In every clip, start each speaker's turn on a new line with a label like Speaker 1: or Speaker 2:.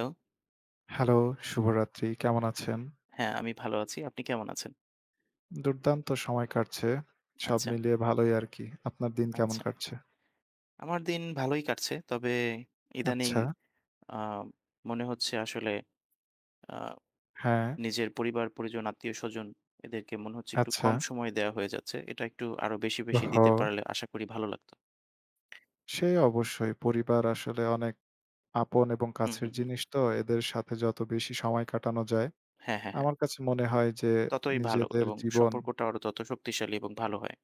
Speaker 1: Hello.
Speaker 2: Hello, শুভরাত্রি। কেমন আছেন?
Speaker 1: হ্যাঁ, আমি ভালো আছি। আপনি কেমন আছেন?
Speaker 2: দুর্দান্ত সময় কাটছে। সব
Speaker 1: আচ্ছা,
Speaker 2: মিলিয়ে ভালোই আরকি। আপনার দিন কেমন
Speaker 1: আচ্ছা।
Speaker 2: কাটছে?
Speaker 1: আমার দিন ভালোই কাটছে। তবে ইদানিং
Speaker 2: আচ্ছা।
Speaker 1: আ মনে হচ্ছে আসলে আ
Speaker 2: হ্যাঁ,
Speaker 1: নিজের পরিবার-পরিজন, আত্মীয়স্বজন এদেরকে মনে হচ্ছে একটু
Speaker 2: আচ্ছা।
Speaker 1: কম সময় দেয়া হয়ে যাচ্ছে। এটা একটু আরো বেশি, বেশি
Speaker 2: হ
Speaker 1: দিতে পারলে আশা করি ভালো লাগতো।
Speaker 2: সে অবশ্যই। পরিবার আসলে অনেক আপন এবং
Speaker 1: হুম,
Speaker 2: কাছের
Speaker 1: হুম, হুম।
Speaker 2: জিনিস তো। এদের সাথে যত বেশি সময় কাটানো যায়,
Speaker 1: হ্যাঁ, হ্যাঁ, হ্যাঁ।
Speaker 2: আমার কাছে মনে হয় যে
Speaker 1: ততই ভালো
Speaker 2: নিজেদের
Speaker 1: এবং
Speaker 2: জীবন।
Speaker 1: সম্পর্কটা আরো তত শক্তিশালী এবং ভালো হয়।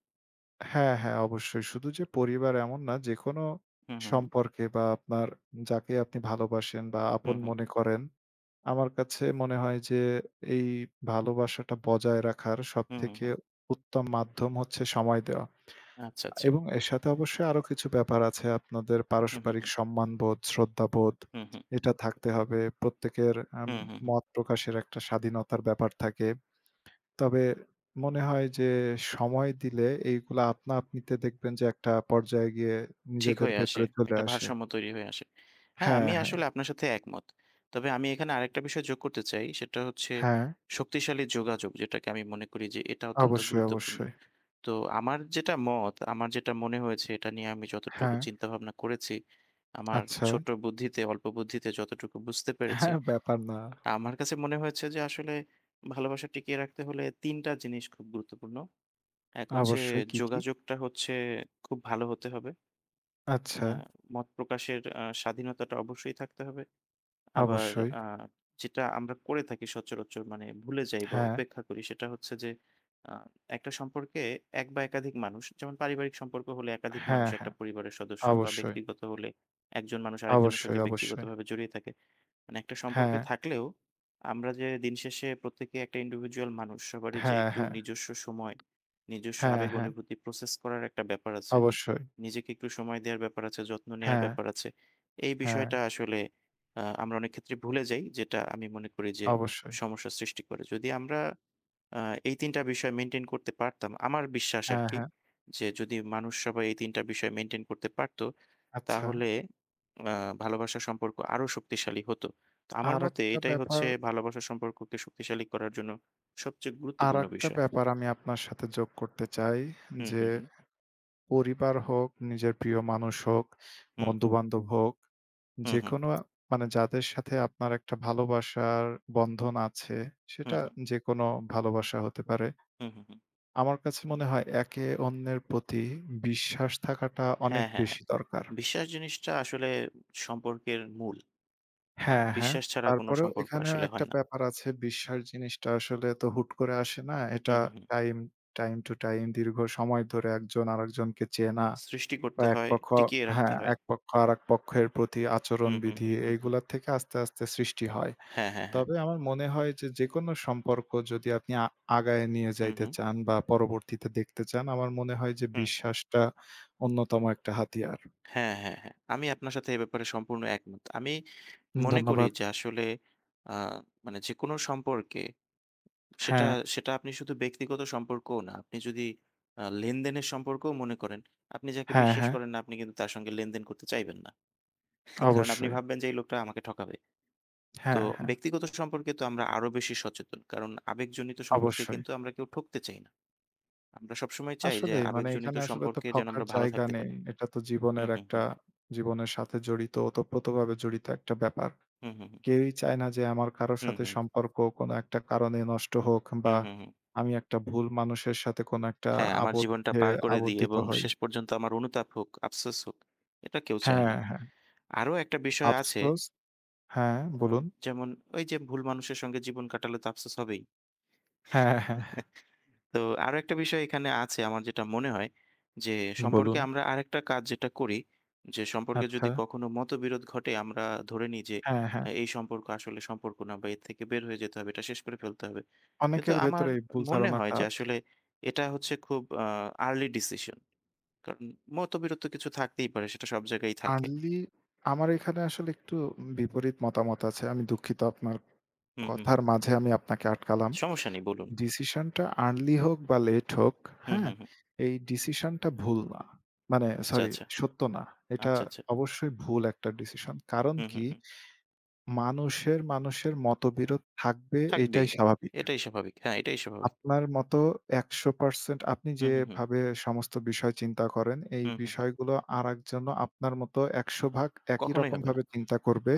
Speaker 2: হ্যাঁ, হ্যাঁ, অবশ্যই। শুধু যে পরিবার এমন না, যেকোনো
Speaker 1: হুম, হুম, হুম।
Speaker 2: সম্পর্কে বা আপনার যাকে আপনি ভালোবাসেন বা
Speaker 1: হুম,
Speaker 2: আপন
Speaker 1: হুম,
Speaker 2: মনে
Speaker 1: হুম।
Speaker 2: করেন, আমার কাছে মনে হয় যে এই ভালোবাসাটা বজায় রাখার
Speaker 1: হুম, হুম,
Speaker 2: সবথেকে
Speaker 1: হুম।
Speaker 2: উত্তম মাধ্যম হচ্ছে সময় দেওয়া।
Speaker 1: আচ্ছা, আচ্ছা।
Speaker 2: এবং এর সাথে অবশ্যই আরো কিছু ব্যাপার আছে। আপনাদের
Speaker 1: হুম, হুম,
Speaker 2: পারস্পরিক
Speaker 1: হুম।
Speaker 2: সম্মানবোধ, শ্রদ্ধাবোধ
Speaker 1: হুম, হুম।
Speaker 2: এটা থাকতে হবে। প্রত্যেকের আম
Speaker 1: হুম, হুম, হুম।
Speaker 2: মত প্রকাশের একটা স্বাধীনতার ব্যাপার থাকে। তবে মনে হয় যে সময় দিলে এইগুলা আপনা আপনিতে দেখবেন যে একটা পর্যায়ে গিয়ে
Speaker 1: ঠিক
Speaker 2: নিজেদের
Speaker 1: হয়ে আসে।
Speaker 2: ভেতরে চলে
Speaker 1: একটা
Speaker 2: আসে।
Speaker 1: ভারসাম্য তৈরি হয়ে আসে। হ্যাঁ,
Speaker 2: হ্যাঁ,
Speaker 1: আমি
Speaker 2: হ্যাঁ,
Speaker 1: আসলে আপনার সাথে একমত। তবে আমি এখানে আরেকটা বিষয় যোগ করতে চাই। সেটা হচ্ছে
Speaker 2: হ্যাঁ,
Speaker 1: শক্তিশালী যোগাযোগ যেটাকে আমি মনে করি যে এটা অত্যন্ত
Speaker 2: অবশ্যই,
Speaker 1: গুরুত্বপূর্ণ।
Speaker 2: অবশ্যই।
Speaker 1: তো আমার যেটা মত, আমার যেটা মনে হয়েছে এটা নিয়ে আমি যতটুকু
Speaker 2: হ্যাঁ,
Speaker 1: চিন্তাভাবনা করেছি, আমার
Speaker 2: আচ্ছা।
Speaker 1: ছোট বুদ্ধিতে, অল্প বুদ্ধিতে যতটুকু বুঝতে পেরেছি,
Speaker 2: হ্যাঁ, ব্যাপার না।
Speaker 1: আমার কাছে মনে হয়েছে যে আসলে ভালোবাসা টিকিয়ে রাখতে হলে ৩ টা জিনিস খুব গুরুত্বপূর্ণ। এক হচ্ছে
Speaker 2: অবশ্যই, কি, কি?
Speaker 1: যোগাযোগটা হচ্ছে খুব ভালো হতে হবে। আ
Speaker 2: আচ্ছা,
Speaker 1: মত প্রকাশের স্বাধীনতাটা অবশ্যই থাকতে হবে। আবার
Speaker 2: অবশ্যই।
Speaker 1: আ যেটা আমরা করে থাকি সচরাচর মানে ভুলে যাই বা
Speaker 2: হ্যাঁ,
Speaker 1: উপেক্ষা করি সেটা হচ্ছে যে আ একটা সম্পর্কে এক বা একাধিক মানুষ যেমন পারিবারিক সম্পর্ক হলে একাধিক মানুষ
Speaker 2: হ্যাঁ,
Speaker 1: একটা
Speaker 2: হ্যাঁ।
Speaker 1: পরিবারের সদস্য বা
Speaker 2: অবশ্যই,
Speaker 1: ব্যক্তিগত হলে একজন মানুষ আরেকজনের
Speaker 2: অবশ্যই,
Speaker 1: সঙ্গে
Speaker 2: অবশ্যই।
Speaker 1: ব্যক্তিগতভাবে জড়িয়ে থাকে। মানে একটা সম্পর্কে
Speaker 2: হ্যাঁ,
Speaker 1: থাকলেও আমরা যে দিনশেষে প্রত্যেকে একটা ইন্ডিভিজুয়াল মানুষ সবারই যে
Speaker 2: হ্যাঁ,
Speaker 1: একটু
Speaker 2: হ্যাঁ।
Speaker 1: নিজস্ব সময়, নিজস্ব
Speaker 2: হ্যাঁ,
Speaker 1: আবেগ
Speaker 2: হ্যাঁ।
Speaker 1: অনুভূতি প্রসেস করার একটা ব্যাপার আছে।
Speaker 2: অবশ্যই।
Speaker 1: নিজেকে একটু সময় দেওয়ার ব্যাপার আছে, যত্ন নেওয়ার
Speaker 2: হ্যাঁ,
Speaker 1: ব্যাপার আছে। এই
Speaker 2: হ্যাঁ।
Speaker 1: বিষয়টা আসলে আমরা অনেক ক্ষেত্রে ভুলে যাই, যেটা আমি মনে করি যে
Speaker 2: অবশ্যই।
Speaker 1: সমস্যার সৃষ্টি করে। যদি আমরা আ এই ৩ টা বিষয় মেইনটেইন করতে পারতাম, আমার বিশ্বাস
Speaker 2: হ্যাঁ,
Speaker 1: আরকি
Speaker 2: হ্যাঁ।
Speaker 1: যে যদি মানুষ সবাই এই ৩ টা বিষয় মেইনটেইন করতে পারত,
Speaker 2: আচ্ছা,
Speaker 1: তাহলে আ ভালোবাসার সম্পর্ক আরো শক্তিশালী হতো। তো আমার মতে
Speaker 2: আরেকটা
Speaker 1: এটাই
Speaker 2: ব্যাপার
Speaker 1: হচ্ছে ভালোবাসার সম্পর্ককে শক্তিশালী করার জন্য সবচেয়ে গুরুত্বপূর্ণ
Speaker 2: আরেকটা
Speaker 1: বিষয়।
Speaker 2: ব্যাপার আমি আপনার সাথে যোগ করতে চাই
Speaker 1: হুম,
Speaker 2: যে
Speaker 1: হুম, হুম।
Speaker 2: পরিবার হোক, নিজের প্রিয় মানুষ হোক,
Speaker 1: হুম,
Speaker 2: বন্ধু-বান্ধব হোক,
Speaker 1: হুম, হুম।
Speaker 2: যেকোনো, মানে যাদের সাথে আপনার একটা ভালোবাসার বন্ধন আছে,
Speaker 1: হুম,
Speaker 2: সেটা
Speaker 1: হুম।
Speaker 2: যেকোনো ভালোবাসা হতে পারে।
Speaker 1: হুম, হুম, হুম।
Speaker 2: আমার কাছে মনে হয় একে অন্যের প্রতি বিশ্বাস থাকাটা অনেক
Speaker 1: হ্যাঁ, হ্যাঁ, হ্যাঁ।
Speaker 2: বেশি দরকার।
Speaker 1: বিশ্বাস জিনিসটা আসলে সম্পর্কের মূল। আ
Speaker 2: হ্যাঁ, হ্যাঁ।
Speaker 1: বিশ্বাস ছাড়া কোনো
Speaker 2: তারপরেও
Speaker 1: সম্পর্ক
Speaker 2: এখানেও
Speaker 1: আসলে
Speaker 2: একটা
Speaker 1: হয় না।
Speaker 2: ব্যাপার আছে। বিশ্বাস জিনিসটা আসলে তো হুট করে আসে না।
Speaker 1: হুম,
Speaker 2: এটা
Speaker 1: হুম, হুম।
Speaker 2: টাইম, টাইম টু টাইম দীর্ঘ সময় ধরে একজন আরেকজনকে চেনা
Speaker 1: সৃষ্টি
Speaker 2: বা
Speaker 1: করতে
Speaker 2: এক
Speaker 1: হয়,
Speaker 2: পক্ষ
Speaker 1: টিকিয়ে রাখতে
Speaker 2: হ্যাঁ,
Speaker 1: হয়।
Speaker 2: এক পক্ষ আরেক পক্ষের প্রতি
Speaker 1: হুম, হুম,
Speaker 2: আচরণবিধি
Speaker 1: হুম, হুম, হুম।
Speaker 2: এইগুলা থেকে আস্তে, আস্তে সৃষ্টি হয়।
Speaker 1: হ্যাঁ, হ্যাঁ, হ্যাঁ।
Speaker 2: তবে আমার মনে হয় যে, যেকোনো সম্পর্ক যদি আপনি আগায় নিয়ে
Speaker 1: হুম,
Speaker 2: যাইতে
Speaker 1: হুম,
Speaker 2: চান বা পরবর্তীতে দেখতে চান, আমার মনে হয় যে
Speaker 1: হুম।
Speaker 2: বিশ্বাসটা অন্যতম একটা হাতিয়ার।
Speaker 1: হ্যাঁ, হ্যাঁ, হ্যাঁ। আমি আপনার সাথে এ ব্যাপারে সম্পূর্ণ একমত। আমি মনে করি
Speaker 2: ধন্যবাদ।
Speaker 1: যে আসলে আ মানে যেকোনো সম্পর্কে সেটা
Speaker 2: হ্যাঁ,
Speaker 1: সেটা আপনি শুধু ব্যক্তিগত সম্পর্কও না। আপনি যদি লেনদেনের সম্পর্কও মনে করেন, আপনি যাকে
Speaker 2: হ্যাঁ,
Speaker 1: বিশ্বাস
Speaker 2: হ্যাঁ,
Speaker 1: করেন না আপনি কিন্তু তার সঙ্গে লেনদেন করতে চাইবেন না। কারণ আপনি
Speaker 2: অবশ্যই।
Speaker 1: ভাববেন যে এই লোকটা আমাকে ঠকাবে। তো
Speaker 2: হ্যাঁ, হ্যাঁ,
Speaker 1: ব্যক্তিগত সম্পর্কে তো আমরা আরো বেশি সচেতন। কারণ আবেগজনিত সম্পর্কে
Speaker 2: অবশ্যই।
Speaker 1: কিন্তু আমরা কেউ ঠকতে চাই না। আমরা সবসময় চাই যে
Speaker 2: আসলেই, মানে
Speaker 1: আবেগজনিত
Speaker 2: এখানে আসলে তো
Speaker 1: সম্পর্কে যেন
Speaker 2: ঠকার
Speaker 1: আমরা ভালো
Speaker 2: জায়গা
Speaker 1: থাকতে
Speaker 2: নেই।
Speaker 1: পারি।
Speaker 2: এটা তো
Speaker 1: হুম, হুম, হুম।
Speaker 2: জীবনের সাথে জড়িত, ওতপ্রোতভাবে জড়িত একটা ব্যাপার।
Speaker 1: হুম, হুম, হুম।
Speaker 2: কেউই চায় না যে আমার কারো
Speaker 1: হুম,
Speaker 2: সাথে
Speaker 1: হুম, হুম।
Speaker 2: সম্পর্ক কোনো একটা কারণে নষ্ট হোক বা
Speaker 1: হুম, হুম, হুম।
Speaker 2: আমি একটা ভুল মানুষের সাথে কোনো একটা
Speaker 1: হ্যাঁ, আমার জীবনটা
Speaker 2: আবদ্ধে
Speaker 1: পার করে দিয়ে
Speaker 2: আবদ্ধিত
Speaker 1: এবং
Speaker 2: হই।
Speaker 1: শেষ পর্যন্ত আমার অনুতাপ হোক, আফসোস হোক, এটা কেউ চায়
Speaker 2: হ্যাঁ,
Speaker 1: না।
Speaker 2: হ্যাঁ।
Speaker 1: আরো একটা বিষয় আছে,
Speaker 2: আফসোস। হ্যাঁ,
Speaker 1: আ
Speaker 2: বলুন।
Speaker 1: যেমন ওই যে ভুল মানুষের সঙ্গে জীবন কাটালে তো আফসোস হবেই।
Speaker 2: হ্যাঁ, হ্যাঁ।
Speaker 1: তো আরো একটা বিষয় এখানে আছে আমার যেটা মনে হয় যে সম্পর্কে
Speaker 2: বলুন।
Speaker 1: আমরা আরেকটা কাজ যেটা করি যে সম্পর্কে যদি
Speaker 2: আচ্ছা।
Speaker 1: কখনো মতবিরোধ ঘটে আমরা ধরে নিই যে
Speaker 2: হ্যাঁ, হ্যাঁ।
Speaker 1: এই সম্পর্ক আসলে সম্পর্ক না বা এর থেকে বের হয়ে যেতে হবে এটা শেষ করে ফেলতে হবে কিন্তু
Speaker 2: অনেকের
Speaker 1: আমার
Speaker 2: ভেতরে এই ভুল
Speaker 1: মনে হয়
Speaker 2: ধারণাটা
Speaker 1: যে
Speaker 2: আছে।
Speaker 1: আসলে এটা হচ্ছে খুব আর্লি ডিসিশন কারণ মতবিরোধ তো কিছু থাকতেই পারে সেটা সব জায়গায় থাকে।
Speaker 2: আর্লি আমার এখানে আসলে একটু বিপরীত মতামত আছে। আমি দুঃখিত, আপনার
Speaker 1: হুম, হুম,
Speaker 2: কথার
Speaker 1: হুম।
Speaker 2: মাঝে আমি আপনাকে আটকালাম।
Speaker 1: সমস্যা নেই, বলুন।
Speaker 2: ডিসিশনটা আর্লি হোক বা লেট হোক,
Speaker 1: হুম,
Speaker 2: হ্যাঁ?
Speaker 1: হুম, হুম।
Speaker 2: এই ডিসিশনটা ভুল না। মানে
Speaker 1: আচ্ছা,
Speaker 2: সরি,
Speaker 1: আচ্ছা,
Speaker 2: সত্য না। এটা
Speaker 1: আচ্ছা, আচ্ছা।
Speaker 2: অবশ্যই ভুল একটা ডিসিশন। কারণ
Speaker 1: হুম, হুম,
Speaker 2: কি?
Speaker 1: হুম।
Speaker 2: মানুষের মতবিরোধ থাকবে,
Speaker 1: থাকবেই,
Speaker 2: এটাই স্বাভাবিক।
Speaker 1: এটাই স্বাভাবিক। হ্যাঁ, এটাই স্বাভাবিক।
Speaker 2: আপনার মতো ১০০% আপনি
Speaker 1: হুম, হুম, হুম,
Speaker 2: যেভাবে সমস্ত বিষয় চিন্তা করেন, এই
Speaker 1: হুম, হুম, হুম।
Speaker 2: বিষয়গুলো আরেকজনও আপনার মতো ১০০ ভাগ একই
Speaker 1: কখনোই হবে না।
Speaker 2: রকমভাবে চিন্তা করবে,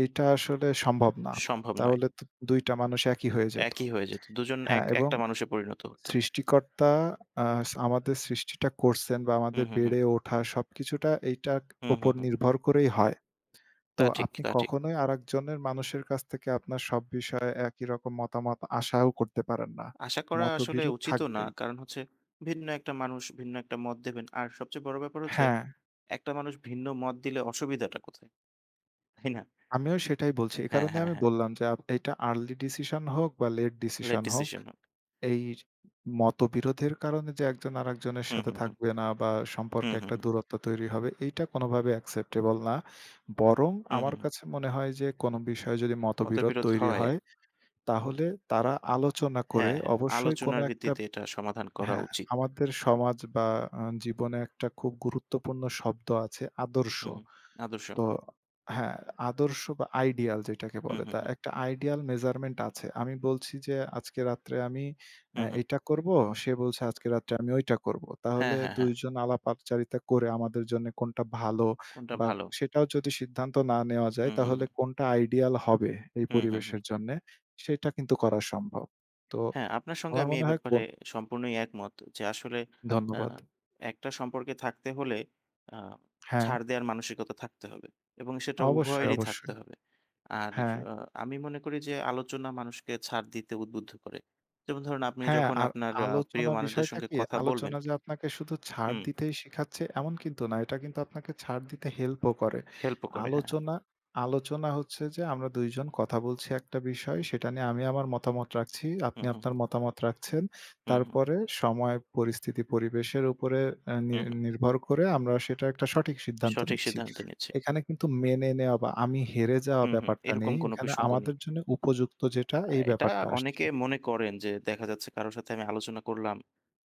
Speaker 2: এইটা আসলে সম্ভব না।
Speaker 1: সম্ভব নয়।
Speaker 2: তাহলে তো ২ টা মানুষ একই হয়ে যেত।
Speaker 1: একই হয়ে যেত। ২ জন এক
Speaker 2: হ্যাঁ, এবং
Speaker 1: একটা মানুষে পরিণত হতো।
Speaker 2: সৃষ্টিকর্তা আ আমাদের সৃষ্টিটা করছেন বা
Speaker 1: হুম,
Speaker 2: আমাদের
Speaker 1: হুম, হুম।
Speaker 2: বেড়ে ওঠা সবকিছুটা এইটার
Speaker 1: হুম, হুম,
Speaker 2: উপর
Speaker 1: হুম।
Speaker 2: নির্ভর করেই হয়। তো
Speaker 1: তা ঠিক,
Speaker 2: আপনি
Speaker 1: তা ঠিক।
Speaker 2: কখনোই আরেকজনের মানুষের কাছ থেকে আপনার সব বিষয়ে একই রকম মতামত আশাও করতে পারেন না।
Speaker 1: আশা করা আসলে
Speaker 2: মতবিরোধ
Speaker 1: উচিতও না।
Speaker 2: থাকবেই।
Speaker 1: কারণ হচ্ছে ভিন্ন একটা মানুষ ভিন্ন একটা মত দেবেন। আর সবচেয়ে বড় ব্যাপার হচ্ছে
Speaker 2: হ্যাঁ,
Speaker 1: একটা মানুষ ভিন্ন মত দিলে অসুবিধাটা কোথায়? তাই না?
Speaker 2: আমিও সেটাই বলছি। এ
Speaker 1: হ্যাঁ,
Speaker 2: কারণে
Speaker 1: হ্যাঁ,
Speaker 2: আমি
Speaker 1: হ্যাঁ।
Speaker 2: বললাম যে এটা আর্লি ডিসিশন হোক বা লেট
Speaker 1: লেট
Speaker 2: ডিসিশন হোক,
Speaker 1: ডিসিশন হোক।
Speaker 2: এই মতবিরোধের কারণে যে একজন আরেকজনের
Speaker 1: হুম,
Speaker 2: সাথে
Speaker 1: হুম, হুম।
Speaker 2: থাকবে না বা
Speaker 1: হুম,
Speaker 2: সম্পর্কে
Speaker 1: হুম,
Speaker 2: একটা
Speaker 1: হুম।
Speaker 2: দূরত্ব তৈরি হবে, এইটা কোনোভাবে অ্যাকসেপ্টেবল না। বরং
Speaker 1: হুম,
Speaker 2: আমার
Speaker 1: হুম, হুম।
Speaker 2: কাছে মনে হয় যে কোনো বিষয়ে যদি মতবিরোধ
Speaker 1: মতবিরোধ
Speaker 2: তৈরি
Speaker 1: হয়।
Speaker 2: হয় তাহলে তারা আলোচনা করে
Speaker 1: হ্যাঁ, হ্যাঁ।
Speaker 2: অবশ্যই কোনো
Speaker 1: আলোচনার
Speaker 2: একটা।
Speaker 1: ভিত্তিতে এটা সমাধান করা
Speaker 2: হ্যাঁ,
Speaker 1: উচিত।
Speaker 2: আমাদের সমাজ বা জীবনে একটা খুব গুরুত্বপূর্ণ শব্দ আছে, আদর্শ।
Speaker 1: হুম, হুম। আদর্শ।
Speaker 2: তো হ্যাঁ, আদর্শ বা আইডিয়াল যেটাকে
Speaker 1: হুম,
Speaker 2: বলে,
Speaker 1: হুম,
Speaker 2: তা
Speaker 1: হুম।
Speaker 2: একটা আইডিয়াল মেজারমেন্ট আছে। আমি বলছি যে, "আজকে রাত্রে আমি
Speaker 1: হুম, হুম।
Speaker 2: এটা করব।" সে বলছে, "আজকে রাত্রে আমি ওইটা করব।"
Speaker 1: হ্যাঁ,
Speaker 2: তাহলে
Speaker 1: হ্যাঁ,
Speaker 2: ২
Speaker 1: হ্যাঁ।
Speaker 2: জন আলাপচারিতা করে আমাদের জন্য কোনটা ভালো
Speaker 1: কোনটা
Speaker 2: বা
Speaker 1: ভালো?
Speaker 2: সেটাও যদি সিদ্ধান্ত না নেওয়া যায়,
Speaker 1: হুম, হুম,
Speaker 2: তাহলে
Speaker 1: হুম।
Speaker 2: কোনটা আইডিয়াল হবে এই
Speaker 1: হুম, হুম, হুম।
Speaker 2: পরিবেশের জন্যে, সেটা কিন্তু করা সম্ভব। তো
Speaker 1: হ্যাঁ, আপনার সঙ্গে
Speaker 2: আমার
Speaker 1: আমি
Speaker 2: মনে
Speaker 1: এই
Speaker 2: হয়
Speaker 1: ব্যাপারে সম্পূর্ণই একমত যে আসলে আ
Speaker 2: ধন্যবাদ।
Speaker 1: একটা সম্পর্কে থাকতে হলে আ
Speaker 2: হ্যাঁ,
Speaker 1: ছাড় দেওয়ার মানসিকতা থাকতে হবে এবং সেটা
Speaker 2: অবশ্যই,
Speaker 1: উভয়েরই থাকতে
Speaker 2: অবশ্যই।
Speaker 1: হবে। আর
Speaker 2: হ্যাঁ।
Speaker 1: আ আমি মনে করি যে আলোচনা মানুষকে ছাড় দিতে উদ্বুদ্ধ করে। যেমন ধরুন আপনি
Speaker 2: হ্যাঁ,
Speaker 1: যখন
Speaker 2: আর
Speaker 1: আপনার প্রিয়
Speaker 2: আলোচনা
Speaker 1: মানুষদের
Speaker 2: বিষয়টা
Speaker 1: সঙ্গে
Speaker 2: কি?
Speaker 1: কথা বলবেন।
Speaker 2: আলোচনা যে আপনাকে শুধু ছাড়
Speaker 1: হুম,
Speaker 2: দিতেই শিখাচ্ছে এমন কিন্তু না। এটা কিন্তু আপনাকে ছাড় দিতে হেল্পও করে।
Speaker 1: হেল্পও করে, হ্যাঁ।
Speaker 2: আলোচনা আলোচনা হচ্ছে যে আমরা ২ জন কথা বলছি একটা বিষয়, সেটা নিয়ে আমি আমার মতামত রাখছি,
Speaker 1: হু,
Speaker 2: আপনি
Speaker 1: হু, হু,
Speaker 2: আপনার মতামত রাখছেন।
Speaker 1: হু, হু,
Speaker 2: তারপরে সময়, পরিস্থিতি, পরিবেশের উপরে আ নি
Speaker 1: হু, হু।
Speaker 2: নির্ভর করে আমরা সেটা একটা সঠিক সিদ্ধান্ত
Speaker 1: সঠিক
Speaker 2: নিচ্ছি।
Speaker 1: সিদ্ধান্ত নিচ্ছি।
Speaker 2: এখানে কিন্তু মেনে নেওয়া বা আমি হেরে যাওয়া
Speaker 1: হু, হু,
Speaker 2: ব্যাপারটা
Speaker 1: এরকম
Speaker 2: নেই।
Speaker 1: কোনো
Speaker 2: এখানে
Speaker 1: প্রসঙ্গ নেই।
Speaker 2: আমাদের জন্য উপযুক্ত যেটা,
Speaker 1: আ
Speaker 2: এই
Speaker 1: এটা
Speaker 2: ব্যাপারটা আসছে।
Speaker 1: অনেকে মনে করেন যে দেখা যাচ্ছে কারো সাথে আমি আলোচনা করলাম,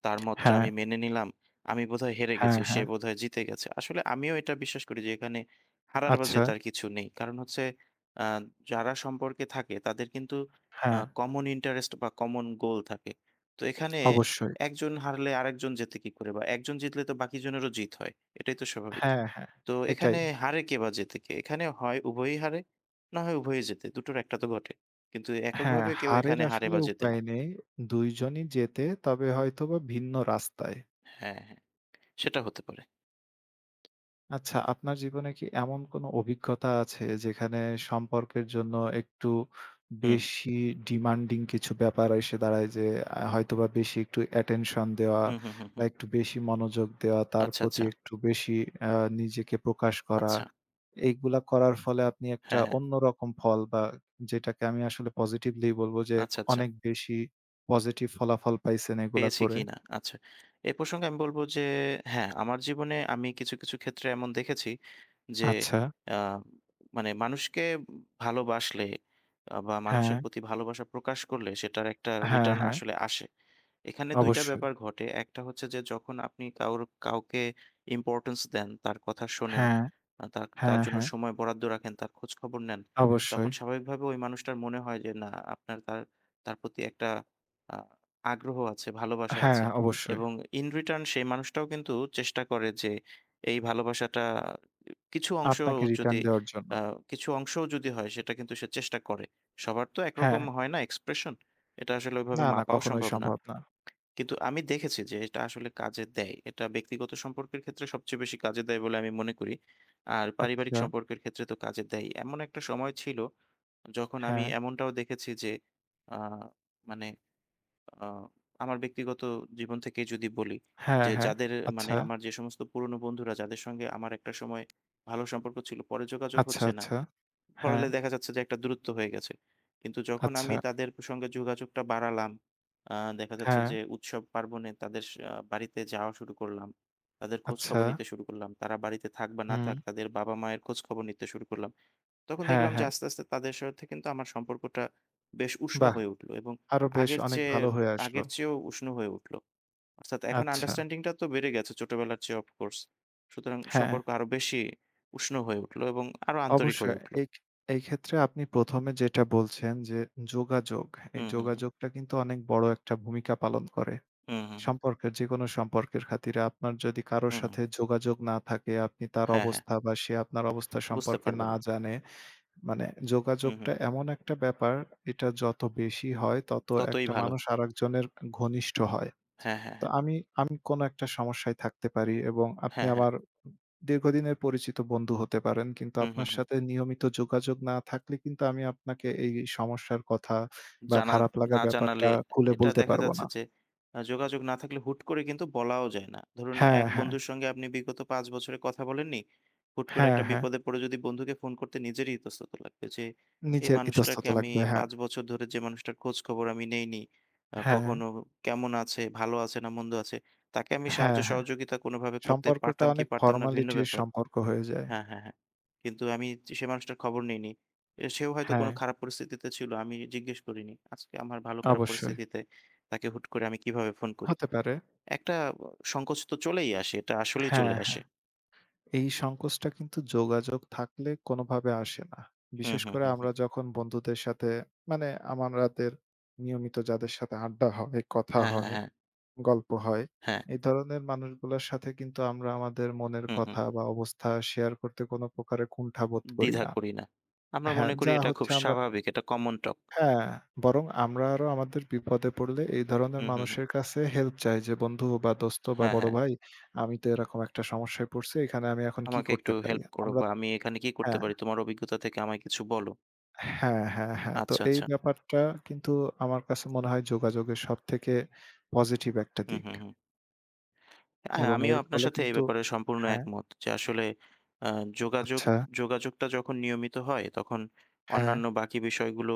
Speaker 1: তার মতটা
Speaker 2: হ্যাঁ,
Speaker 1: আমি মেনে নিলাম। আমি বোধহয় হেরে গেছি,
Speaker 2: হ্যাঁ,
Speaker 1: সে
Speaker 2: হ্যাঁ।
Speaker 1: বোধহয় জিতে গেছে। আসলে আমিও এটা বিশ্বাস করি যে এখানে হারার বা
Speaker 2: আচ্ছা,
Speaker 1: জেতার কিছু নেই। কারণ হচ্ছে আ যারা সম্পর্কে থাকে তাদের কিন্তু
Speaker 2: হ্যাঁ,
Speaker 1: কমন ইন্টারেস্ট বা কমন গোল থাকে। তো এখানে
Speaker 2: অবশ্যই।
Speaker 1: একজন হারলে আরেকজন জেতে কি করে? বা একজন জিতলে তো বাকি জনেরও জিত হয়। এটাই তো স্বাভাবিক।
Speaker 2: হ্যাঁ, হ্যাঁ,
Speaker 1: তো এখানে
Speaker 2: এটাই।
Speaker 1: হারে কে বা জেতে কে? এখানে হয় উভয়ই হারে, না হয় উভয়ই জেতে। দুটোর একটা তো ঘটে। কিন্তু
Speaker 2: হ্যাঁ,
Speaker 1: এককভাবে কেউ
Speaker 2: হারের
Speaker 1: এখানে হারে
Speaker 2: আসলে
Speaker 1: বা জেতে না।
Speaker 2: উপায় নেই। ২ জনই জেতে, তবে হয়তোবা ভিন্ন রাস্তায়।
Speaker 1: হ্যাঁ, হ্যাঁ, সেটা হতে পারে।
Speaker 2: আচ্ছা, আপনার জীবনে কি এমন কোনো অভিজ্ঞতা আছে যেখানে সম্পর্কের জন্য একটু
Speaker 1: হুম,
Speaker 2: বেশি ডিমান্ডিং কিছু ব্যাপার এসে দাঁড়ায় যে হয়তোবা বেশি একটু অ্যাটেনশন দেওয়া
Speaker 1: হুম, হুম, হুম,
Speaker 2: বা
Speaker 1: হুম।
Speaker 2: একটু বেশি মনোযোগ দেওয়া, তার
Speaker 1: আচ্ছা,
Speaker 2: প্রতি
Speaker 1: আচ্ছা,
Speaker 2: একটু বেশি আ নিজেকে প্রকাশ করা।
Speaker 1: আচ্ছা।
Speaker 2: এইগুলা করার ফলে আপনি একটা
Speaker 1: হ্যাঁ, হ্যাঁ।
Speaker 2: অন্যরকম ফল বা, যেটাকে আমি আসলে পজিটিভলি বলবো যে,
Speaker 1: আচ্ছা, আচ্ছা।
Speaker 2: অনেক বেশি পজিটিভ ফলাফল পাইছেন এগুলা
Speaker 1: পেয়েছি
Speaker 2: করে?
Speaker 1: কিনা? আচ্ছা। এ প্রসঙ্গে আমি বলব যে হ্যাঁ, আমার জীবনে আমি কিছু, কিছু ক্ষেত্রে এমন দেখেছি যে
Speaker 2: আচ্ছা।
Speaker 1: আ মানে মানুষকে ভালোবাসলে বা মানুষের
Speaker 2: হ্যাঁ,
Speaker 1: প্রতি ভালোবাসা প্রকাশ করলে সেটার একটা
Speaker 2: হ্যাঁ,
Speaker 1: রিটার্ন
Speaker 2: হ্যাঁ।
Speaker 1: আসলে আসে। এখানে ২ টা
Speaker 2: অবশ্যই।
Speaker 1: ব্যাপার ঘটে। একটা হচ্ছে যে যখন আপনি কাউকে ইম্পোর্টেন্স দেন, তার কথা শোনেন,
Speaker 2: হ্যাঁ,
Speaker 1: তার তার
Speaker 2: হ্যাঁ,
Speaker 1: জন্য
Speaker 2: হ্যাঁ।
Speaker 1: সময় বরাদ্দ রাখেন, তার খোঁজখবর নেন,
Speaker 2: অবশ্যই।
Speaker 1: তখন স্বাভাবিকভাবে ওই মানুষটার মনে হয় যে না আপনার তার তার প্রতি একটা আ আগ্রহ আছে, ভালোবাসা
Speaker 2: হ্যাঁ,
Speaker 1: আছে।
Speaker 2: অবশ্যই।
Speaker 1: এবং in return সেই মানুষটাও কিন্তু চেষ্টা করে যে এই ভালোবাসাটা কিছু অংশ
Speaker 2: আপনাকে রিটার্ন
Speaker 1: যদি
Speaker 2: দেওয়ার জন্য।
Speaker 1: আ কিছু অংশও যদি হয় সেটা কিন্তু সে চেষ্টা করে। সবার তো
Speaker 2: হ্যাঁ।
Speaker 1: একরকম হয় না এক্সপ্রেশন। এটা আসলে ওইভাবে
Speaker 2: না, না
Speaker 1: মাপাও
Speaker 2: কখনোই
Speaker 1: সম্ভব না।
Speaker 2: সম্ভব না।
Speaker 1: কিন্তু আমি দেখেছি যে এটা আসলে কাজে দেয়। এটা ব্যক্তিগত সম্পর্কের ক্ষেত্রে সবচেয়ে বেশি কাজে দেয় বলে আমি মনে করি। আর পারিবারিক
Speaker 2: আচ্ছা।
Speaker 1: সম্পর্কের ক্ষেত্রে তো কাজে দেয়ই। এমন একটা সময় ছিল যখন আমি
Speaker 2: হ্যাঁ।
Speaker 1: এমনটাও দেখেছি যে আ মানে আ আমার ব্যক্তিগত জীবন থেকেই যদি বলি
Speaker 2: হ্যাঁ,
Speaker 1: যে
Speaker 2: হ্যাঁ।
Speaker 1: মানে
Speaker 2: আচ্ছা,
Speaker 1: আমার যে সমস্ত পুরনো বন্ধুরা যাদের সঙ্গে আমার একটা সময় ভালো সম্পর্ক ছিল, পরে যোগাযোগ
Speaker 2: আচ্ছা,
Speaker 1: হচ্ছে না।
Speaker 2: আচ্ছা। হ্যাঁ,
Speaker 1: হলে দেখা যাচ্ছে যে একটা দূরত্ব হয়ে গেছে। কিন্তু যখন
Speaker 2: আচ্ছা।
Speaker 1: আমি তাদের সঙ্গে যোগাযোগটা বাড়ালাম, আ দেখা যাচ্ছে
Speaker 2: হ্যাঁ,
Speaker 1: যে উৎসব পার্বণে তাদের স আ বাড়িতে যাওয়া শুরু করলাম। তাদের
Speaker 2: আচ্ছা।
Speaker 1: খোঁজখবর নিতে শুরু করলাম। তারা বাড়িতে থাক বা না থাক,
Speaker 2: হুম।
Speaker 1: তাদের বাবা-মায়ের খোঁজখবর নিতে শুরু করলাম। তখন
Speaker 2: হ্যাঁ,
Speaker 1: দেখলাম যে
Speaker 2: হ্যাঁ।
Speaker 1: আস্তে, আস্তে তাদের সাথে কিন্তু আমার সম্পর্কটা বেশ উষ্ণ
Speaker 2: বাহ!
Speaker 1: হয়ে উঠল এবং
Speaker 2: আরো বেশ
Speaker 1: আগের
Speaker 2: অনেক
Speaker 1: চেয়ে
Speaker 2: ভালো হয়ে আসলো।
Speaker 1: আগের চেয়েও উষ্ণ হয়ে উঠল। অর্থাৎ এখন
Speaker 2: আচ্ছা।
Speaker 1: আন্ডারস্ট্যান্ডিং টা তো বেড়ে গেছে ছোটবেলার চেয়ে অফ কোর্স। সুতরাং
Speaker 2: হ্যাঁ,
Speaker 1: সম্পর্ক আরো বেশি উষ্ণ হয়ে উঠল এবং আরো আন্তরিক হয়ে
Speaker 2: অবশ্যই।
Speaker 1: উঠল।
Speaker 2: এই এই ক্ষেত্রে আপনি ১ম এ যেটা বলছেন যে যোগাযোগ, এই
Speaker 1: হুম, হুম, হুম।
Speaker 2: যোগাযোগটা কিন্তু অনেক বড় একটা ভূমিকা পালন করে।
Speaker 1: হুম, হুম, হুম।
Speaker 2: সম্পর্কের, যেকোনো সম্পর্কের খাতিরে আপনার যদি কারো
Speaker 1: হুম, হুম,
Speaker 2: সাথে
Speaker 1: হুম।
Speaker 2: যোগাযোগ না থাকে, আপনি তার
Speaker 1: হ্যাঁ, হ্যাঁ।
Speaker 2: অবস্থা বা সে আপনার অবস্থা
Speaker 1: বুঝতে
Speaker 2: সম্পর্কে
Speaker 1: পারবে
Speaker 2: না
Speaker 1: না।
Speaker 2: জানে, মানে
Speaker 1: হুম, হুম,
Speaker 2: যোগাযোগটা
Speaker 1: হুম।
Speaker 2: এমন একটা ব্যাপার, এটা যত বেশি হয় তত
Speaker 1: ততই
Speaker 2: একটা
Speaker 1: ভালো।
Speaker 2: মানুষ আরেকজনের ঘনিষ্ঠ হয়।
Speaker 1: হ্যাঁ, হ্যাঁ,
Speaker 2: তো
Speaker 1: হ্যাঁ।
Speaker 2: আমি আমি কোনো একটা সমস্যায় থাকতে পারি এবং আপনি
Speaker 1: হ্যাঁ, হ্যাঁ।
Speaker 2: আমার দীর্ঘদিনের পরিচিত বন্ধু হতে পারেন। কিন্তু
Speaker 1: হুম, হুম,
Speaker 2: আপনার
Speaker 1: হুম।
Speaker 2: সাথে নিয়মিত যোগাযোগ না থাকলে কিন্তু আমি আপনাকে এই সমস্যার কথা বা
Speaker 1: জানা
Speaker 2: খারাপ
Speaker 1: না
Speaker 2: লাগার
Speaker 1: জানালে
Speaker 2: ব্যাপারটা খুলে
Speaker 1: এটা
Speaker 2: বলতে
Speaker 1: দেখা
Speaker 2: পারব
Speaker 1: যাচ্ছে
Speaker 2: না।
Speaker 1: যে যোগাযোগ না থাকলে হুট করে কিন্তু বলাও যায় না। ধরুন
Speaker 2: হ্যাঁ,
Speaker 1: এক
Speaker 2: হ্যাঁ।
Speaker 1: বন্ধুর সঙ্গে আপনি বিগত ৫ বছরে কথা বলেননি। হুট করে
Speaker 2: হ্যাঁ,
Speaker 1: একটা
Speaker 2: হ্যাঁ।
Speaker 1: বিপদে পড়ে যদি বন্ধুকে ফোন করতে নিজেরই ইতস্তত লাগবে যে এই
Speaker 2: নিজের ইতস্তত
Speaker 1: মানুষটাকে আমি
Speaker 2: লাগবে। হ্যাঁ,
Speaker 1: ৫ বছর ধরে যে মানুষটার খোঁজ খবর আমি নেইনি।
Speaker 2: হ্যাঁ,
Speaker 1: কখনো কেমন আছে, ভালো আছে না মন্দ আছে, তাকে আমি সাহায্য
Speaker 2: হ্যাঁ, হ্যাঁ।
Speaker 1: সহযোগিতা কোনোভাবে করতে
Speaker 2: সম্পর্কটা
Speaker 1: পারতাম কি
Speaker 2: অনেক
Speaker 1: পারতাম না ভিন্ন
Speaker 2: ফর্মালিটির
Speaker 1: ব্যাপার।
Speaker 2: সম্পর্ক হয়ে যায়।
Speaker 1: হ্যাঁ, হ্যাঁ, হ্যাঁ। কিন্তু আমি সে মানুষটার খবর নেইনি। সেও হয়তো কোনো
Speaker 2: হ্যাঁ,
Speaker 1: খারাপ পরিস্থিতিতে ছিল। আমি জিজ্ঞেস করিনি। আজকে আমার ভালো খারাপ
Speaker 2: অবশ্যই।
Speaker 1: পরিস্থিতিতে তাকে হুট করে আমি কিভাবে ফোন করি?
Speaker 2: হতে পারে।
Speaker 1: একটা সংকোচ তো চলেই আসে। এটা আসলেই চলে
Speaker 2: হ্যাঁ,
Speaker 1: আসে।
Speaker 2: হ্যাঁ। এই সংকোচটা কিন্তু যোগাযোগ থাকলে কোনোভাবে আসে না।
Speaker 1: হুম,
Speaker 2: বিশেষ
Speaker 1: হুম,
Speaker 2: করে
Speaker 1: হুম, হুম।
Speaker 2: আমরা
Speaker 1: হুম।
Speaker 2: যখন বন্ধুদের সাথে, মানে আমারাদের নিয়মিত যাদের সাথে আড্ডা হয়, কথা
Speaker 1: হ্যাঁ, হ্যাঁ,
Speaker 2: হয়,
Speaker 1: হ্যাঁ,
Speaker 2: গল্প হয়,
Speaker 1: হ্যাঁ।
Speaker 2: এই ধরনের মানুষগুলোর সাথে কিন্তু আমরা আমাদের মনের
Speaker 1: হুম, হুম।
Speaker 2: কথা বা অবস্থা শেয়ার করতে কোনো প্রকারে কুণ্ঠাবোধ করি
Speaker 1: দ্বিধা
Speaker 2: না।
Speaker 1: করি না। আমরা
Speaker 2: হ্যাঁ,
Speaker 1: মনে করি
Speaker 2: যা
Speaker 1: এটা খুব
Speaker 2: হচ্ছে আমরা,
Speaker 1: স্বাভাবিক। এটা কমন টক।
Speaker 2: হ্যাঁ, বরং আমরা আরো আমাদের বিপদে পড়লে এই ধরনের
Speaker 1: হুম, হুম, হুম।
Speaker 2: মানুষের কাছে হেল্প চাই যে, "বন্ধু বা দোস্ত বা
Speaker 1: হ্যাঁ,
Speaker 2: বড়
Speaker 1: হ্যাঁ।
Speaker 2: ভাই, আমি তো এরকম একটা সমস্যায় পড়ছি। এখানে আমি এখন কি
Speaker 1: আমাকে একটু
Speaker 2: করতে পারি?"
Speaker 1: হেল্প করো
Speaker 2: আমরা,
Speaker 1: বা আমি এখানে কি করতে
Speaker 2: হ্যাঁ,
Speaker 1: পারি? তোমার অভিজ্ঞতা থেকে আমায় কিছু বলো।
Speaker 2: হ্যাঁ, হ্যাঁ, হ্যাঁ। তো
Speaker 1: আচ্ছা,
Speaker 2: এই
Speaker 1: আচ্ছা।
Speaker 2: ব্যাপারটা কিন্তু আমার কাছে মনে হয় যোগাযোগের সবথেকে পজিটিভ একটা
Speaker 1: হুম,
Speaker 2: দিক।
Speaker 1: হুম, হুম। হ্যাঁ,
Speaker 2: এবং
Speaker 1: আমিও
Speaker 2: এর
Speaker 1: আপনার
Speaker 2: ফলে
Speaker 1: সাথে এই
Speaker 2: কিন্তু,
Speaker 1: ব্যাপারে সম্পূর্ণ
Speaker 2: হ্যাঁ,
Speaker 1: একমত যে আসলে আ যোগাযোগ
Speaker 2: আচ্ছা,
Speaker 1: যোগাযোগটা যখন নিয়মিত হয় তখন
Speaker 2: হ্যাঁ,
Speaker 1: অন্যান্য বাকি বিষয়গুলো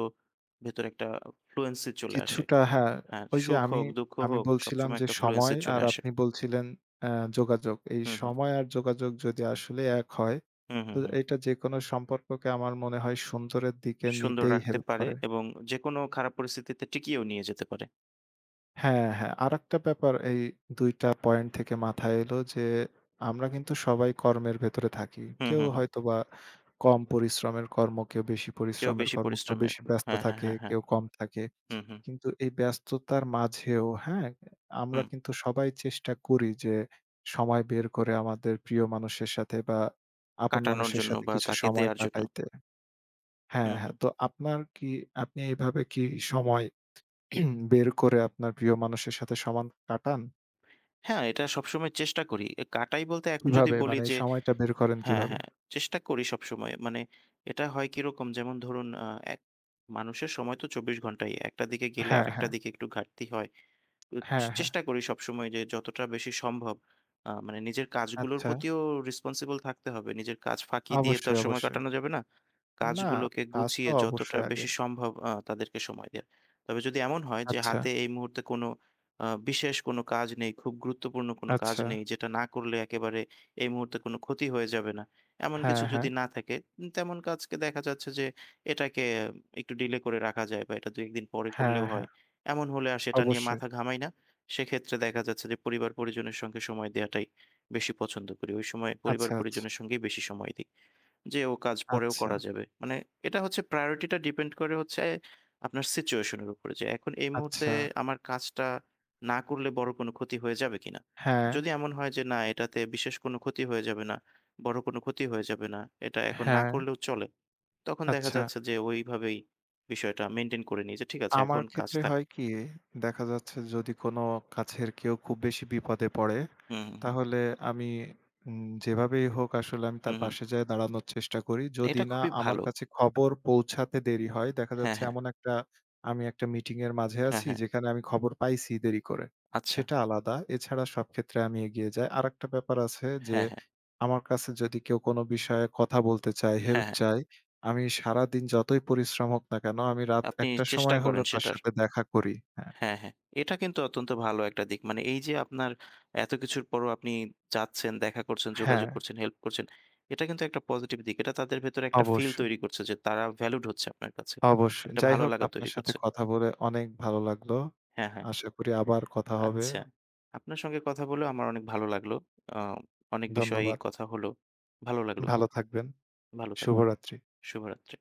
Speaker 1: ভেতরে একটা ফ্লুয়েন্সি চলে আসে।
Speaker 2: কিছুটা হ্যাঁ,
Speaker 1: হ্যাঁ,
Speaker 2: ওই যে
Speaker 1: সুখ
Speaker 2: আমি,
Speaker 1: হোক, দুঃখ
Speaker 2: আমি
Speaker 1: হোক
Speaker 2: বলছিলাম
Speaker 1: সবসময়
Speaker 2: যে
Speaker 1: একটা ফ্লুয়েন্সি
Speaker 2: সময়,
Speaker 1: চলে
Speaker 2: আর
Speaker 1: আসে।
Speaker 2: আপনি বলছিলেন অ্যা যোগাযোগ। এই
Speaker 1: হুম, হুম।
Speaker 2: সময় আর যোগাযোগ যদি আসলে এক হয়
Speaker 1: হুম,
Speaker 2: তো
Speaker 1: হুম, হুম।
Speaker 2: এটা যেকোনো সম্পর্ককে আমার মনে হয় সুন্দরের দিকে
Speaker 1: সুন্দর
Speaker 2: নিতেই
Speaker 1: রাখতে
Speaker 2: হেল্প
Speaker 1: পারে
Speaker 2: করে।
Speaker 1: এবং যেকোনো খারাপ পরিস্থিতিতে টিকিয়েও নিয়ে যেতে পারে।
Speaker 2: হ্যাঁ, হ্যাঁ। আরেকটা ব্যাপার এই ২ টা পয়েন্ট থেকে মাথায় এলো যে, আমরা কিন্তু সবাই কর্মের ভেতরে থাকি।
Speaker 1: হুম,
Speaker 2: কেউ
Speaker 1: হুম, হুম।
Speaker 2: হয়তোবা কম পরিশ্রমের কর্ম, কেউ বেশি
Speaker 1: কেউ
Speaker 2: পরিশ্রমের
Speaker 1: বেশি
Speaker 2: কর্ম, কেউ
Speaker 1: পরিশ্রমের।
Speaker 2: বেশি ব্যস্ত
Speaker 1: হ্যাঁ, হ্যাঁ,
Speaker 2: থাকে,
Speaker 1: হ্যাঁ, হ্যাঁ।
Speaker 2: কেউ কম থাকে।
Speaker 1: হুম, হুম,
Speaker 2: কিন্তু এই ব্যস্ততার মাঝেও, হ্যাঁ? আমরা
Speaker 1: হুম।
Speaker 2: কিন্তু সবাই চেষ্টা করি যে, সময় বের করে আমাদের প্রিয় মানুষের সাথে বা আপন
Speaker 1: কাটানোর
Speaker 2: মানুষের
Speaker 1: জন্য
Speaker 2: সাথে
Speaker 1: বা
Speaker 2: কিছু
Speaker 1: তাকে
Speaker 2: সময়
Speaker 1: দেয়ার জন্য।
Speaker 2: কাটাইতে। হ্যাঁ,
Speaker 1: হুম,
Speaker 2: হ্যাঁ।
Speaker 1: হুম।
Speaker 2: তো আপনার কি, আপনি এভাবে কি সময় বের করে আপনার প্রিয় মানুষের সাথে সমান কাটান?
Speaker 1: হ্যাঁ, এটা সবসময় চেষ্টা করি। এ কাটাই বলতে এখন যদি
Speaker 2: কিভাবে,
Speaker 1: বলি
Speaker 2: মানে এই
Speaker 1: যে
Speaker 2: সময়টা বের করেন
Speaker 1: হ্যাঁ,
Speaker 2: কিভাবে?
Speaker 1: হ্যাঁ। চেষ্টা করি সবসময়। মানে এটা হয় কিরকম যেমন ধরুন এক মানুষের সময় তো ২৪ ঘন্টাই। একটা দিকে গেলে
Speaker 2: হ্যাঁ,
Speaker 1: আরেকটা
Speaker 2: হ্যাঁ।
Speaker 1: দিকে একটু ঘাটতি হয়। উ
Speaker 2: হ্যাঁ, হ্যাঁ।
Speaker 1: চেষ্টা করি সবসময় যে যতটা বেশি সম্ভব মানে নিজের কাজগুলোর
Speaker 2: আচ্ছা।
Speaker 1: প্রতিও রেসপন্সিবল থাকতে হবে। নিজের কাজ ফাঁকি দিয়ে তো আর
Speaker 2: অবশ্যই,
Speaker 1: সময়
Speaker 2: অবশ্যই।
Speaker 1: কাটানো যাবে না।
Speaker 2: না,
Speaker 1: কাজগুলোকে
Speaker 2: কাজ তো
Speaker 1: গুছিয়ে যতটা
Speaker 2: অবশ্যই আগে।
Speaker 1: বেশি সম্ভব তাদেরকে সময় দেয়া। তবে যদি এমন হয় যে
Speaker 2: আচ্ছা,
Speaker 1: হাতে এই মুহূর্তে কোনো বিশেষ কোনো কাজ নেই, খুব গুরুত্বপূর্ণ কোনো কাজ
Speaker 2: আচ্ছা।
Speaker 1: নেই যেটা না করলে একেবারে এই মুহূর্তে কোনো ক্ষতি হয়ে যাবে না। এমন কিছু
Speaker 2: হ্যাঁ,
Speaker 1: যদি
Speaker 2: হ্যাঁ।
Speaker 1: না থাকে তেমন কাজকে দেখা যাচ্ছে যে এটাকে একটু ডিলে করে রাখা যায় বা এটা ২-১ দিন পরে
Speaker 2: হ্যাঁ,
Speaker 1: করলেও হয়।
Speaker 2: হ্যাঁ।
Speaker 1: এমন হলে আর সেটা নিয়ে
Speaker 2: অবশ্যই।
Speaker 1: মাথা ঘামাই না। সেক্ষেত্রে দেখা যাচ্ছে যে পরিবার-পরিজনের সঙ্গে সময় দেয়াটাই বেশি পছন্দ করি। ওই সময়
Speaker 2: আচ্ছা, আচ্ছা।
Speaker 1: পরিবার-পরিজনের সঙ্গেই বেশি সময় দেই। যে ও কাজ পরেও
Speaker 2: আচ্ছা,
Speaker 1: করা যাবে। মানে এটা হচ্ছে priority টা depend করে হচ্ছে আপনার situation এর উপরে। যে এখন এই মুহূর্তে
Speaker 2: আচ্ছা।
Speaker 1: আমার কাজটা না করলে বড় কোনো ক্ষতি হয়ে যাবে কিনা?
Speaker 2: হ্যাঁ,
Speaker 1: যদি এমন হয় যে না এটাতে বিশেষ কোনো ক্ষতি হয়ে যাবে না, বড় কোনো ক্ষতি হয়ে যাবে না, এটা এখন না
Speaker 2: হ্যাঁ।
Speaker 1: করলেও চলে। তখন দেখা
Speaker 2: আচ্ছা।
Speaker 1: যাচ্ছে যে ওইভাবেই বিষয়টা মেইনটেইন করে নিই যে ঠিক আছে
Speaker 2: আমার
Speaker 1: এখন কাজ
Speaker 2: ক্ষেত্রে
Speaker 1: থাক।
Speaker 2: হয় কি, দেখা যাচ্ছে যদি কোনো কাছের কেউ খুব বেশি বিপদে পড়ে
Speaker 1: হুম, হুম, হুম।
Speaker 2: তাহলে আমি, যেভাবেই হোক আসলে আমি
Speaker 1: হুম,
Speaker 2: তার
Speaker 1: হুম।
Speaker 2: পাশে যেয়ে দাঁড়ানোর চেষ্টা করি। যদি
Speaker 1: এটা
Speaker 2: না
Speaker 1: খুবই
Speaker 2: আমার
Speaker 1: ভালো।
Speaker 2: কাছে খবর পৌঁছাতে দেরি হয়, দেখা
Speaker 1: হ্যাঁ,
Speaker 2: যাচ্ছে
Speaker 1: হ্যাঁ।
Speaker 2: এমন একটা, আমি একটা মিটিং এর মাঝে
Speaker 1: হ্যাঁ,
Speaker 2: আছি
Speaker 1: হ্যাঁ।
Speaker 2: যেখানে আমি খবর পাইছি দেরি করে।
Speaker 1: আচ্ছা।
Speaker 2: সেটা আলাদা। এছাড়া সব ক্ষেত্রে আমি এগিয়ে যাই। আরেকটা ব্যাপার আছে যে
Speaker 1: হ্যাঁ, হ্যাঁ।
Speaker 2: আমার কাছে যদি কেউ কোনো বিষয়ে কথা বলতে চায়,
Speaker 1: হ্যাঁ,
Speaker 2: হেল্প
Speaker 1: হ্যাঁ।
Speaker 2: চায়, আমি সারাদিন যতই পরিশ্রম হোক না কেন আমি রাত
Speaker 1: আপনি
Speaker 2: ১ টার
Speaker 1: চেষ্টা
Speaker 2: সময় হলে
Speaker 1: করেন
Speaker 2: তার
Speaker 1: সেটার।
Speaker 2: সাথে দেখা করি। হ্যাঁ,
Speaker 1: হ্যাঁ, হ্যাঁ। এটা কিন্তু অত্যন্ত ভালো একটা দিক। মানে এই যে আপনার এত কিছুর পরও আপনি যাচ্ছেন, দেখা করছেন,
Speaker 2: হ্যাঁ,
Speaker 1: যোগাযোগ করছেন, হেল্প করছেন। এটা কিন্তু একটা পজিটিভ দিক। এটা তাদের ভেতরে একটা ফিল
Speaker 2: অবশ্যই।
Speaker 1: তৈরি করছে যে তারা ভ্যালুড হচ্ছে আপনার কাছে।
Speaker 2: অবশ্যই।
Speaker 1: একটা
Speaker 2: যাই
Speaker 1: ভালো
Speaker 2: হোক,
Speaker 1: লাগা তৈরি
Speaker 2: আপনার সাথে
Speaker 1: করছে।
Speaker 2: কথা বলে অনেক ভালো লাগলো।
Speaker 1: হ্যাঁ, হ্যাঁ।
Speaker 2: আশা করি আবার কথা হবে।
Speaker 1: আচ্ছা। আপনার সঙ্গে কথা বলেও আমার অনেক ভালো লাগলো। আ অনেক বিষয়েই
Speaker 2: ধন্যবাদ।
Speaker 1: কথা হলো। ভালো লাগলো খুব।
Speaker 2: ভালো থাকবেন।
Speaker 1: ভালো থাকবেন।
Speaker 2: শুভরাত্রি।
Speaker 1: শুভরাত্রি।